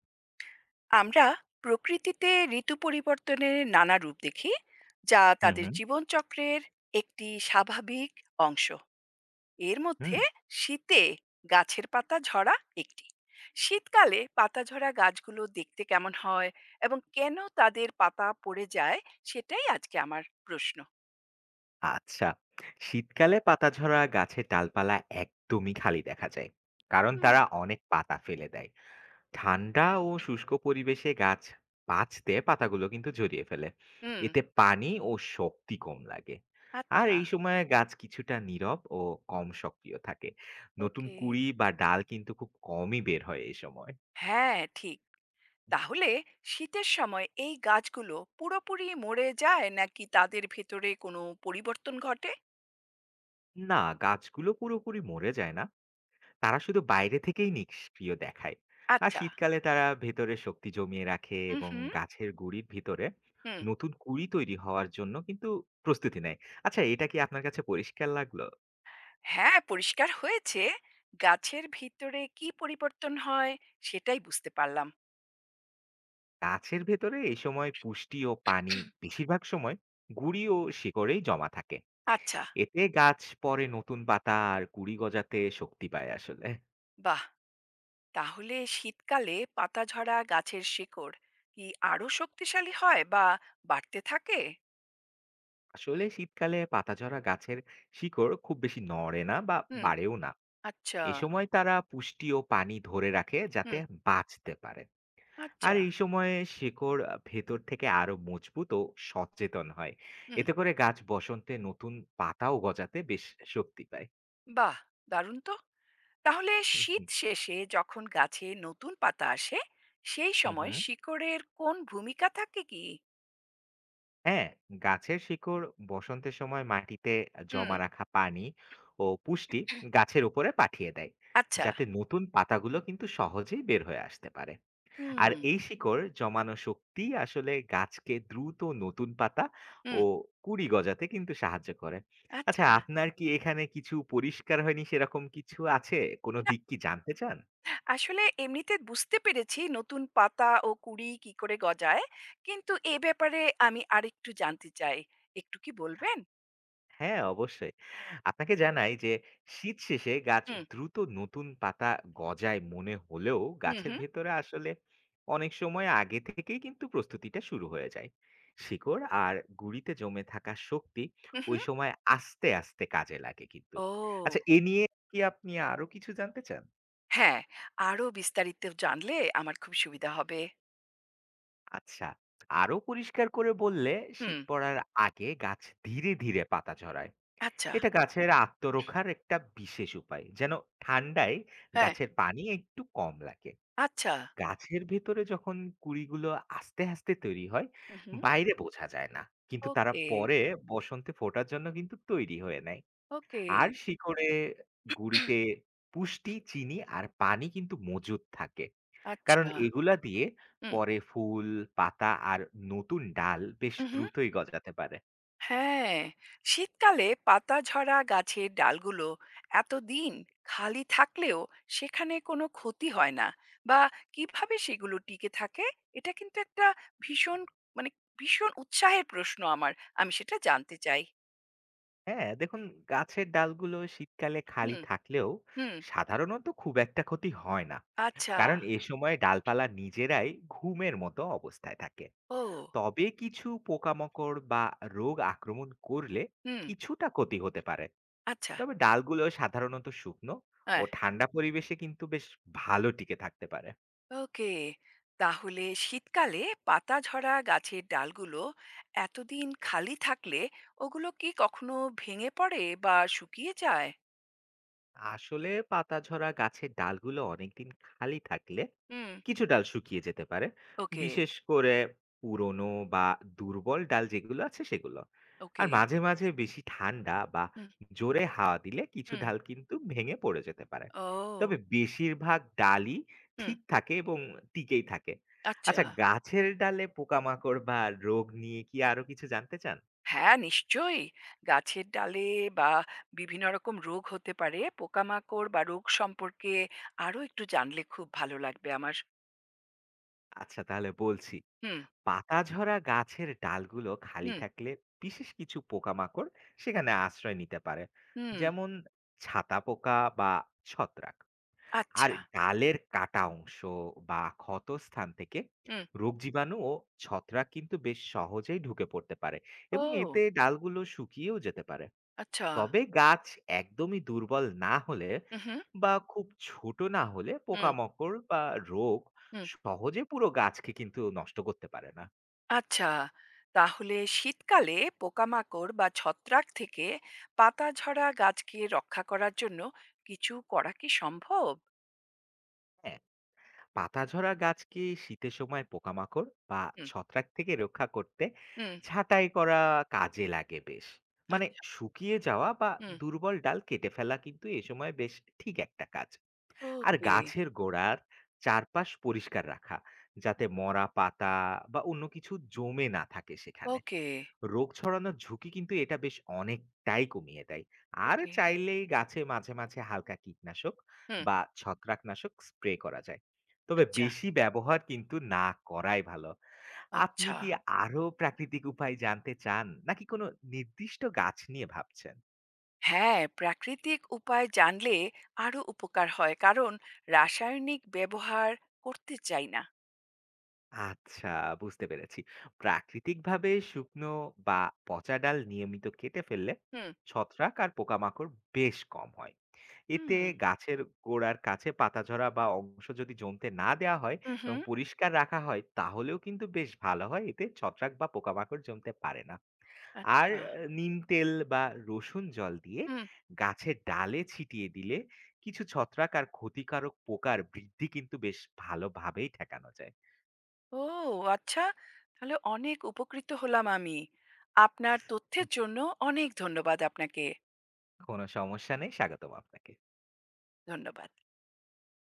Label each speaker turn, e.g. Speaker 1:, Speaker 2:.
Speaker 1: আমরা প্রকৃতিতে ঋতু পরিবর্তনের নানা রূপ দেখি, যা
Speaker 2: হুম,
Speaker 1: তাদের
Speaker 2: হুম,
Speaker 1: জীবনচক্রের একটি স্বাভাবিক অংশ। এর
Speaker 2: হুম।
Speaker 1: মধ্যে শীতে গাছের পাতা ঝরা একটি, শীতকালে পাতা ঝরা গাছগুলো দেখতে কেমন হয় এবং কেন তাদের পাতা পড়ে যায়, সেটাই আজকে আমার প্রশ্ন।
Speaker 2: আচ্ছা। শীতকালে পাতাঝরা গাছের ডালপালা একদমই খালি দেখা যায়। কারণ
Speaker 1: হুম।
Speaker 2: তারা অনেক পাতা ফেলে দেয়। ঠান্ডা ও শুষ্ক পরিবেশে গাছ বাঁচতে পাতাগুলো কিন্তু জড়িয়ে ফেলে।
Speaker 1: হুম।
Speaker 2: এতে পানি ও শক্তি কম লাগে। আর
Speaker 1: আচ্ছা।
Speaker 2: এই সময়ে গাছ কিছুটা নীরব ও কম সক্রিয় থাকে। নতুন
Speaker 1: ওকে,
Speaker 2: কুঁড়ি বা ডাল কিন্তু খুব কমই বের হয় এই সময়।
Speaker 1: হ্যাঁ ঠিক। তাহলে শীতের সময় এই গাছগুলো পুরোপুরি মরে যায় নাকি তাদের ভেতরে কোনো পরিবর্তন ঘটে?
Speaker 2: না, গাছগুলো পুরোপুরি মরে যায় না। তারা শুধু বাইরে থেকেই নিষ্ক্রিয় দেখায়। আর
Speaker 1: আচ্ছা।
Speaker 2: শীতকালে তারা ভেতরে শক্তি জমিয়ে রাখে
Speaker 1: হুম,
Speaker 2: এবং
Speaker 1: হুম।
Speaker 2: গাছের গুড়ির ভিতরে
Speaker 1: হুম।
Speaker 2: নতুন কুড়ি তৈরি হওয়ার জন্য কিন্তু প্রস্তুতি নেয়। আচ্ছা, এটা কি আপনার কাছে পরিষ্কার লাগলো?
Speaker 1: হ্যাঁ, পরিষ্কার হয়েছে। গাছের ভিতরে কি পরিবর্তন হয়, সেটাই বুঝতে পারলাম।
Speaker 2: গাছের ভেতরে এই সময় পুষ্টি ও পানি বেশিরভাগ সময় গুড়ি ও শিকড়েই জমা থাকে।
Speaker 1: আচ্ছা।
Speaker 2: এতে গাছ পরে নতুন পাতা আর কুড়ি গজাতে শক্তি পায় আসলে।
Speaker 1: বাহ! তাহলে শীতকালে পাতা ঝরা গাছের শিকড় কি আরো শক্তিশালী হয় বা বাড়তে থাকে?
Speaker 2: আসলে শীতকালে পাতাঝরা গাছের শিকড় খুব বেশি নড়ে না বা
Speaker 1: হুম।
Speaker 2: বাড়েও না।
Speaker 1: আচ্ছা।
Speaker 2: এ সময় তারা পুষ্টি ও পানি ধরে রাখে যাতে
Speaker 1: হুম।
Speaker 2: বাঁচতে পারে। আর
Speaker 1: আচ্ছা।
Speaker 2: এই সময়ে শিকড় ভেতর থেকে আরো মজবুত ও সচেতন হয়।
Speaker 1: হুম।
Speaker 2: এতে করে গাছ বসন্তে নতুন পাতাও গজাতে বেশ শক্তি পায়।
Speaker 1: বাহ, দারুণ তো! তাহলে
Speaker 2: হুম
Speaker 1: শীত
Speaker 2: হুম।
Speaker 1: শেষে যখন গাছে নতুন পাতা আসে, সেই
Speaker 2: হুম
Speaker 1: সময়
Speaker 2: হুম।
Speaker 1: শিকড়ের কোন ভূমিকা থাকে কি?
Speaker 2: হ্যাঁ, গাছের শিকড় বসন্তের সময় মাটিতে
Speaker 1: হুম।
Speaker 2: জমা রাখা পানি ও পুষ্টি গাছের উপরে পাঠিয়ে দেয়,
Speaker 1: আচ্ছা।
Speaker 2: যাতে নতুন পাতাগুলো কিন্তু সহজেই বের হয়ে আসতে পারে।
Speaker 1: হুম।
Speaker 2: আর এই শিকড় জমানো শক্তি আসলে গাছকে দ্রুত নতুন পাতা
Speaker 1: হুম।
Speaker 2: ও কুড়ি গজাতে কিন্তু সাহায্য করে। আচ্ছা,
Speaker 1: আচ্ছা।
Speaker 2: আপনার কি এখানে কিছু পরিষ্কার হয়নি, সেরকম কিছু আছে? কোনো
Speaker 1: না,
Speaker 2: দিক কি জানতে চান?
Speaker 1: আসলে এমনিতে বুঝতে পেরেছি নতুন পাতা ও কুড়ি কি করে গজায়, কিন্তু এ ব্যাপারে আমি আরেকটু জানতে চাই। একটু কি বলবেন?
Speaker 2: হ্যাঁ, অবশ্যই। আপনাকে জানাই যে শীত শেষে গাছ
Speaker 1: হুম।
Speaker 2: দ্রুত নতুন পাতা গজায় মনে হলেও
Speaker 1: হুম।
Speaker 2: গাছের
Speaker 1: হুম।
Speaker 2: ভেতরে আসলে অনেক সময় আগে থেকেই কিন্তু প্রস্তুতিটা শুরু হয়ে যায়। শিকড় আর গুঁড়িতে জমে থাকা শক্তি
Speaker 1: হুম।
Speaker 2: ওই
Speaker 1: হুম।
Speaker 2: সময় আস্তে আস্তে কাজে লাগে কিন্তু।
Speaker 1: ও।
Speaker 2: আচ্ছা, এ নিয়ে কি আপনি আরো কিছু জানতে চান?
Speaker 1: হ্যাঁ, আরো বিস্তারিত জানলে আমার খুব সুবিধা হবে।
Speaker 2: আচ্ছা, আরো পরিষ্কার করে বললে শীত
Speaker 1: হুম।
Speaker 2: পড়ার আগে গাছ ধীরে ধীরে পাতা ঝরায়।
Speaker 1: আচ্ছা।
Speaker 2: এটা গাছের আত্মরক্ষার একটা বিশেষ উপায়, যেন ঠান্ডায়
Speaker 1: হ্যাঁ।
Speaker 2: গাছের পানি একটু কম লাগে।
Speaker 1: আচ্ছা।
Speaker 2: গাছের ভেতরে যখন কুড়িগুলো আস্তে আস্তে তৈরি হয়,
Speaker 1: হুম। হুম।
Speaker 2: বাইরে বোঝা যায় না। কিন্তু তারা
Speaker 1: ওকে।
Speaker 2: পরে বসন্তে ফোটার জন্য কিন্তু তৈরি হয়ে নেয়।
Speaker 1: ওকে।
Speaker 2: আর শিকড়ে, গুঁড়িতে পুষ্টি, চিনি আর পানি কিন্তু মজুদ থাকে। কারণ
Speaker 1: আচ্ছা।
Speaker 2: এগুলা দিয়ে
Speaker 1: হুম,
Speaker 2: পরে ফুল, পাতা আর নতুন ডাল বেশ
Speaker 1: উহু,
Speaker 2: দ্রুতই গজাতে পারে।
Speaker 1: হ্যাঁ, শীতকালে পাতা ঝরা গাছের ডালগুলো এতদিন খালি থাকলেও সেখানে কোনো ক্ষতি হয় না বা কিভাবে সেগুলো টিকে থাকে, এটা কিন্তু একটা ভীষণ, মানে ভীষণ উৎসাহের প্রশ্ন আমার। আমি সেটা জানতে চাই।
Speaker 2: হ্যাঁ, দেখুন, গাছের ডালগুলো শীতকালে খালি
Speaker 1: হুম,
Speaker 2: থাকলেও
Speaker 1: হুম।
Speaker 2: সাধারণত খুব একটা ক্ষতি হয় না।
Speaker 1: আচ্ছা।
Speaker 2: কারণ এ সময় ডালপালা নিজেরাই ঘুমের মতো অবস্থায় থাকে।
Speaker 1: ও!
Speaker 2: তবে কিছু পোকামাকড় বা রোগ আক্রমণ করলে
Speaker 1: হুম।
Speaker 2: কিছুটা ক্ষতি হতে পারে।
Speaker 1: আচ্ছা।
Speaker 2: তবে ডালগুলো সাধারণত শুকনো ও
Speaker 1: হ্যাঁ।
Speaker 2: ঠান্ডা পরিবেশে কিন্তু বেশ ভালো টিকে থাকতে পারে।
Speaker 1: ওকে, তাহলে শীতকালে পাতা ঝরা গাছের ডালগুলো এতদিন খালি থাকলে ওগুলো কি কখনো ভেঙে পড়ে বা শুকিয়ে যায়?
Speaker 2: আসলে পাতাঝরা গাছের ডালগুলো অনেকদিন খালি থাকলে
Speaker 1: হুম।
Speaker 2: কিছু ডাল শুকিয়ে যেতে পারে,
Speaker 1: ওকে।
Speaker 2: বিশেষ করে পুরনো বা দুর্বল ডাল যেগুলো আছে সেগুলো। আর
Speaker 1: ওকে।
Speaker 2: মাঝে মাঝে বেশি ঠান্ডা বা
Speaker 1: হুম।
Speaker 2: জোরে হাওয়া দিলে কিছু
Speaker 1: হুম।
Speaker 2: ডাল কিন্তু ভেঙে পড়ে যেতে পারে। তবে
Speaker 1: ও।
Speaker 2: বেশিরভাগ ডালই
Speaker 1: হুম।
Speaker 2: ঠিক থাকে এবং টিকেই থাকে।
Speaker 1: আচ্ছা।
Speaker 2: আচ্ছা, গাছের ডালে পোকামাকড় বা রোগ নিয়ে কি আরো কিছু জানতে চান?
Speaker 1: হ্যাঁ নিশ্চয়ই। গাছের ডালে বা বিভিন্ন রকম রোগ হতে পারে, পোকামাকড় বা রোগ সম্পর্কে আরো একটু জানলে খুব ভালো লাগবে আমার।
Speaker 2: আচ্ছা, তাহলে বলছি।
Speaker 1: হুম।
Speaker 2: পাতা ঝরা গাছের ডালগুলো খালি
Speaker 1: হুম।
Speaker 2: থাকলে বিশেষ কিছু পোকামাকড় সেখানে আশ্রয় নিতে পারে,
Speaker 1: হুম।
Speaker 2: যেমন ছাতা পোকা বা ছত্রাক। আর
Speaker 1: আচ্ছা।
Speaker 2: ডালের কাটা অংশ বা ক্ষত স্থান থেকে
Speaker 1: হুম।
Speaker 2: রোগ জীবাণু ও ছত্রাক কিন্তু বেশ সহজেই ঢুকে পড়তে পারে, এবং এতে
Speaker 1: ও।
Speaker 2: ডালগুলো শুকিয়েও যেতে পারে।
Speaker 1: আচ্ছা।
Speaker 2: তবে গাছ একদমই দুর্বল না হলে
Speaker 1: হুম, হুম।
Speaker 2: বা খুব ছোট না হলে
Speaker 1: হুম।
Speaker 2: পোকামাকড় বা রোগ
Speaker 1: হুম।
Speaker 2: সহজে পুরো গাছকে কিন্তু নষ্ট করতে পারে না।
Speaker 1: আচ্ছা, তাহলে শীতকালে পোকামাকড় বা ছত্রাক থেকে পাতাঝরা গাছকে রক্ষা করার জন্য কিছু করা কি সম্ভব?
Speaker 2: হ্যাঁ, পাতাঝরা গাছ কি শীতের সময় পোকামাকড় বা
Speaker 1: হুম।
Speaker 2: ছত্রাক থেকে রক্ষা করতে
Speaker 1: হুম।
Speaker 2: ছাঁটাই করা কাজে লাগে বেশ। মানে,
Speaker 1: আচ্ছা।
Speaker 2: শুকিয়ে যাওয়া বা
Speaker 1: হুম।
Speaker 2: দুর্বল ডাল কেটে ফেলা কিন্তু এ সময় বেশ ঠিক একটা কাজ। আর
Speaker 1: ওকে।
Speaker 2: গাছের গোড়ার চারপাশ পরিষ্কার রাখা, যাতে মরা পাতা বা অন্য কিছু জমে না থাকে সেখানে,
Speaker 1: ওকে।
Speaker 2: রোগ ছড়ানোর ঝুঁকি কিন্তু এটা বেশ অনেকটাই কমিয়ে দেয়। আর
Speaker 1: ওকে।
Speaker 2: চাইলেই গাছে মাঝে মাঝে হালকা কীটনাশক
Speaker 1: হুম।
Speaker 2: বা ছত্রাকনাশক স্প্রে করা যায়, তবে
Speaker 1: আচ্ছা।
Speaker 2: বেশি ব্যবহার কিন্তু না করাই ভালো। আপনি
Speaker 1: আচ্ছা।
Speaker 2: কি আরো প্রাকৃতিক উপায় জানতে চান, নাকি কোনো নির্দিষ্ট গাছ নিয়ে ভাবছেন?
Speaker 1: হ্যাঁ, প্রাকৃতিক উপায় জানলে আরো উপকার হয়, কারণ রাসায়নিক ব্যবহার করতে চাই না।
Speaker 2: আচ্ছা, বুঝতে পেরেছি। প্রাকৃতিকভাবে শুকনো বা পচা ডাল নিয়মিত কেটে ফেললে
Speaker 1: হুম।
Speaker 2: ছত্রাক আর পোকামাকড় বেশ কম হয়। এতে
Speaker 1: হুম।
Speaker 2: গাছের গোড়ার কাছে পাতাঝরা বা অংশ যদি জমতে না দেওয়া হয়
Speaker 1: হুম,
Speaker 2: এবং
Speaker 1: হুম।
Speaker 2: পরিষ্কার রাখা হয়, তাহলেও কিন্তু বেশ ভালো হয়, এতে ছত্রাক বা পোকামাকড় জমতে পারে না। আর
Speaker 1: আচ্ছা।
Speaker 2: নিম তেল বা রসুন জল দিয়ে
Speaker 1: হুম।
Speaker 2: গাছের ডালে ছিটিয়ে দিলে কিছু ছত্রাক আর ক্ষতিকারক পোকার বৃদ্ধি কিন্তু বেশ ভালোভাবেই ঠেকানো যায়।
Speaker 1: ও, আচ্ছা, তাহলে অনেক উপকৃত হলাম আমি আপনার
Speaker 2: হুম।
Speaker 1: তথ্যের জন্য। অনেক ধন্যবাদ আপনাকে।
Speaker 2: কোনো সমস্যা নেই, স্বাগতম আপনাকে।
Speaker 1: ধন্যবাদ।